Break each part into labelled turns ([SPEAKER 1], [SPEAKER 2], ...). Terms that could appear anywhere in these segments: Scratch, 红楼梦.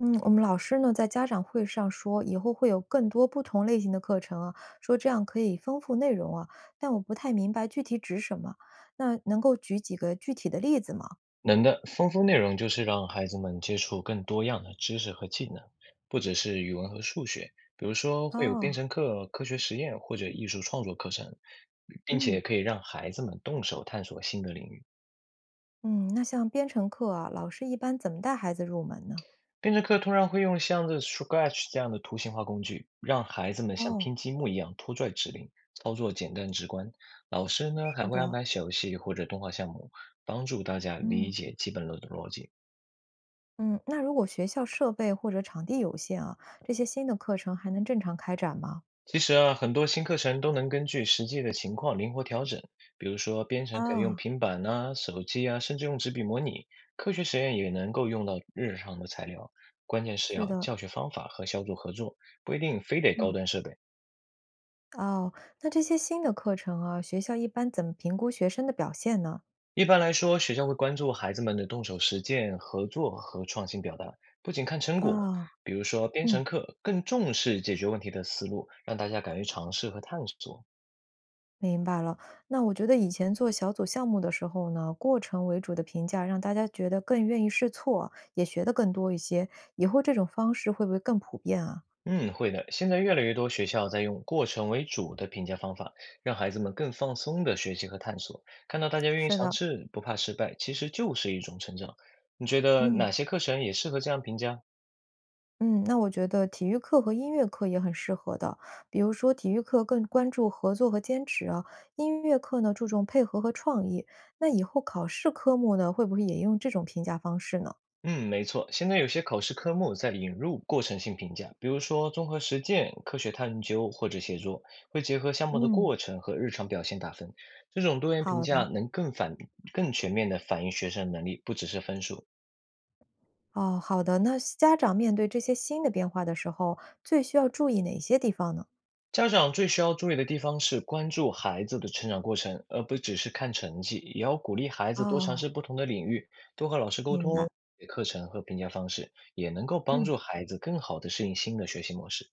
[SPEAKER 1] 嗯，我们老师呢在家长会上说，以后会有更多不同类型的课程啊，说这样可以丰富内容啊，但我不太明白具体指什么。那能够举几个具体的例子吗？
[SPEAKER 2] 能的，丰富内容就是让孩子们接触更多样的知识和技能，不只是语文和数学，比如说会有
[SPEAKER 1] 哦，
[SPEAKER 2] 编程课、科学实验或者艺术创作课程，并
[SPEAKER 1] 嗯
[SPEAKER 2] 且可以让孩子们动手探索新的领域。
[SPEAKER 1] 嗯，那像编程课啊，老师一般怎么带孩子入门呢？
[SPEAKER 2] 编程课通常会用像这 Scratch 这样的图形化工具，让孩子们像
[SPEAKER 1] 哦，
[SPEAKER 2] 拼积木一样拖拽指令，操作简单直观。老师呢还
[SPEAKER 1] 是
[SPEAKER 2] 会安
[SPEAKER 1] 的，
[SPEAKER 2] 排小游戏或者动画项目，帮助大家理
[SPEAKER 1] 嗯
[SPEAKER 2] 解基本的逻辑。
[SPEAKER 1] 嗯，那如果学校设备或者场地有限啊，这些新的课程还能正常开展吗？
[SPEAKER 2] 其实啊，很多新课程都能根据实际的情况灵活调整。比如说，编程可以用
[SPEAKER 1] 啊、
[SPEAKER 2] 平板呐、手机啊，甚至用纸笔模拟；科学实验也能够用到日常的材料。关键是
[SPEAKER 1] 是
[SPEAKER 2] 要
[SPEAKER 1] 的，
[SPEAKER 2] 教学方法和小组合作，不一定非得高
[SPEAKER 1] 嗯。
[SPEAKER 2] 端设备。
[SPEAKER 1] 哦，那这些新的课程啊，学校一般怎么评估学生的表现呢？
[SPEAKER 2] 一般来说，学校会关注孩子们的动手实践、合作和创新表达，不仅看成果。
[SPEAKER 1] 啊，
[SPEAKER 2] 比如说，编
[SPEAKER 1] 嗯，
[SPEAKER 2] 程课更重视解决问题的思路，让大家敢于尝试和探索。
[SPEAKER 1] 明白了。那我觉得以前做小组项目的时候呢，过程为主的评价让大家觉得更愿意试错，也学得更多一些。以后这种方式会不会更普遍啊？
[SPEAKER 2] 嗯，会的。现在越来越多学校在用过程为主的评价方法，让孩子们更放松的学习和探索。看到大家愿意
[SPEAKER 1] 是
[SPEAKER 2] 尝
[SPEAKER 1] 的，
[SPEAKER 2] 试，不怕失败，其实就是一种成长。你觉得
[SPEAKER 1] 嗯。
[SPEAKER 2] 哪些课程也适合这样评价？
[SPEAKER 1] 嗯，那我觉得体育课和音乐课也很适合的。比如说，体育课更关注合作和坚持啊，音乐课呢注重配合和创意。那以后考试科目呢，会不会也用这种评价方式呢？
[SPEAKER 2] 嗯，没错。现在有些考试科目在引入过程性评价，比如说综合实践、科学探究或者写作，会结合项目的
[SPEAKER 1] 嗯，
[SPEAKER 2] 过程和日常表现打分。这种多元评
[SPEAKER 1] 好
[SPEAKER 2] 价
[SPEAKER 1] 的，
[SPEAKER 2] 能更全面地反映学生的能力，不只是分数。
[SPEAKER 1] 哦，好的。那家长面对这些新的变化的时候，最需要注意哪些地方呢？
[SPEAKER 2] 家长最需要注意的地方是关注孩子的成长过程，而不只是看成绩，也要鼓励孩子多尝
[SPEAKER 1] 哦，
[SPEAKER 2] 试不同的领域，多和老师沟
[SPEAKER 1] 明白。
[SPEAKER 2] 通课程和评价方式，也能够帮
[SPEAKER 1] 嗯
[SPEAKER 2] 助孩子更好的适应新的学习模式。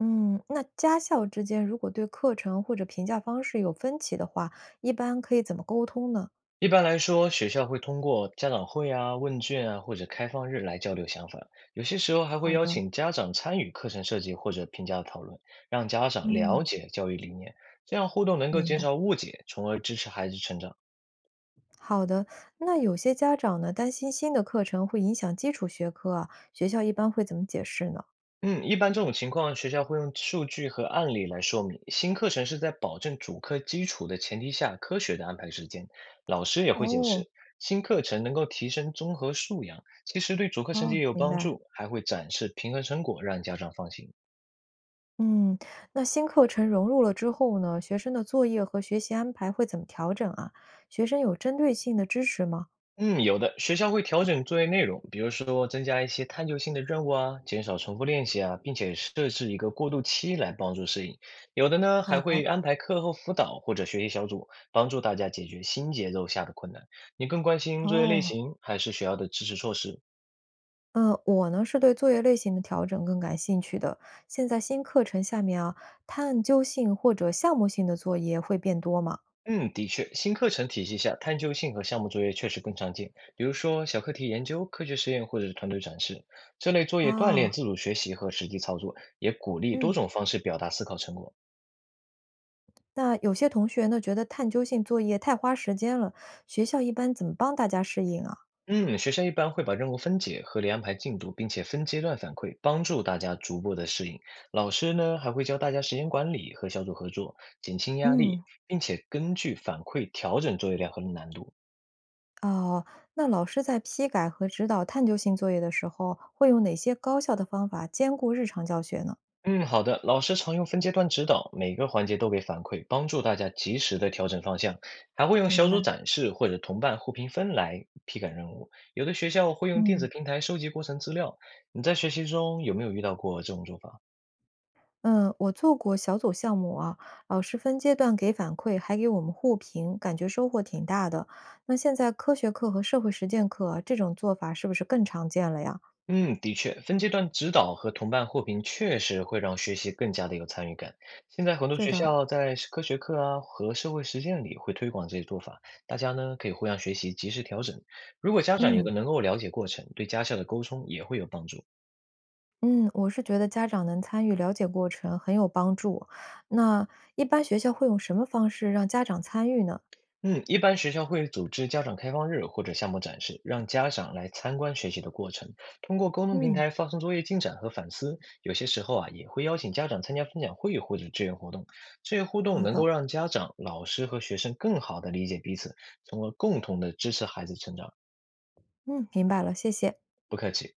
[SPEAKER 1] 嗯，那家校之间如果对课程或者评价方式有分歧的话，一般可以怎么沟通呢？
[SPEAKER 2] 一般来说，学校会通过家长会啊、问卷啊或者开放日来交流想法，有些时候还会
[SPEAKER 1] 好
[SPEAKER 2] 邀
[SPEAKER 1] 的，
[SPEAKER 2] 请家长参与课程设计或者评价讨论，让家长了
[SPEAKER 1] 嗯，
[SPEAKER 2] 解教育理念，这样互动能够
[SPEAKER 1] 明
[SPEAKER 2] 减
[SPEAKER 1] 白。
[SPEAKER 2] 少误解，从而支持孩子成长。
[SPEAKER 1] 好的，那有些家长呢，担心新的课程会影响基础学科啊，学校一般会怎么解释呢？
[SPEAKER 2] 嗯，一般这种情况，学校会用数据和案例来说明。新课程是在保证主课基础的前提下，科学的安排时间。老师也会解
[SPEAKER 1] 哦，
[SPEAKER 2] 释，新课程能够提升综合素养，其实对主课成绩
[SPEAKER 1] 哦，
[SPEAKER 2] 也有
[SPEAKER 1] 明
[SPEAKER 2] 帮
[SPEAKER 1] 白。
[SPEAKER 2] 助，还会展示平衡成果，让家长放心。
[SPEAKER 1] 嗯，那新课程融入了之后呢，学生的作业和学习安排会怎么调整啊？学生有针对性的支持吗？
[SPEAKER 2] 嗯，有的，学校会调整作业内容，比如说增加一些探究性的任务啊，减少重复练习啊，并且设置一个过渡期来帮助适应。有的呢，
[SPEAKER 1] 好
[SPEAKER 2] 还会
[SPEAKER 1] 的，
[SPEAKER 2] 安排课后辅导或者学习小组，帮助大家解决新节奏下的困难。你更关心作业类
[SPEAKER 1] 哦，
[SPEAKER 2] 型还是学校的支持措施？
[SPEAKER 1] 嗯，我呢是对作业类型的调整更感兴趣的。现在新课程下面啊，探究性或者项目性的作业会变多吗？
[SPEAKER 2] 嗯，的确，新课程体系下，探究性和项目作业确实更常见，比如说小课题研究、科学实验或者是团队展示，这类作业锻炼
[SPEAKER 1] 啊，
[SPEAKER 2] 自主学习和实际操作，也鼓励多
[SPEAKER 1] 嗯，
[SPEAKER 2] 种方式表达思考成果。
[SPEAKER 1] 那有些同学呢觉得探究性作业太花时间了，学校一般怎么帮大家适应啊？
[SPEAKER 2] 嗯，学校一般会把任务分解，合理安排进度，并且分阶段反馈，帮助大家逐步的适应。老师呢，还会教大家时间管理和小组合作，减轻压
[SPEAKER 1] 嗯。
[SPEAKER 2] 力，并且根据反馈调整作业量和难度。
[SPEAKER 1] 哦，那老师在批改和指导探究性作业的时候，会用哪些高效的方法兼顾日常教学呢？
[SPEAKER 2] 嗯，好的，老师常用分阶段指导，每个环节都给反馈，帮助大家及时的调整方向，还会用
[SPEAKER 1] 明
[SPEAKER 2] 小
[SPEAKER 1] 白，
[SPEAKER 2] 组展示或者同伴互评分来批改任务。有的学校会用电子
[SPEAKER 1] 嗯，
[SPEAKER 2] 平台收集过程资料，你在学习中有没有遇到过这种做法？
[SPEAKER 1] 嗯，我做过小组项目啊，老师分阶段给反馈，还给我们互评，感觉收获挺大的。那现在科学课和社会实践课啊这种做法是不是更常见了呀？
[SPEAKER 2] 嗯，的确，分阶段指导和同伴互评确实会让学习更加的有参与感。现在很多
[SPEAKER 1] 是
[SPEAKER 2] 学
[SPEAKER 1] 的，
[SPEAKER 2] 校在是科学课啊和社会实践里会推广这些做法，大家呢可以互相学习，及时调整。如果家长也
[SPEAKER 1] 嗯
[SPEAKER 2] 能够了解过程，对家校的沟通也会有帮助。
[SPEAKER 1] 嗯，我是觉得家长能参与了解过程很有帮助。那一般学校会用什么方式让家长参与呢？
[SPEAKER 2] 嗯，一般学校会组织家长开放日或者项目展示，让家长来参观学习的过程，通过沟通平
[SPEAKER 1] 嗯。
[SPEAKER 2] 台发送作业进展和反思。有些时候啊，也会邀请家长参加分享会或者志愿活动，这些互动
[SPEAKER 1] 好
[SPEAKER 2] 能够
[SPEAKER 1] 的。
[SPEAKER 2] 让家长、老师和学生更好的理解彼此，从而共同的支持孩子成长。
[SPEAKER 1] 嗯，明白了，谢谢。
[SPEAKER 2] 不客气。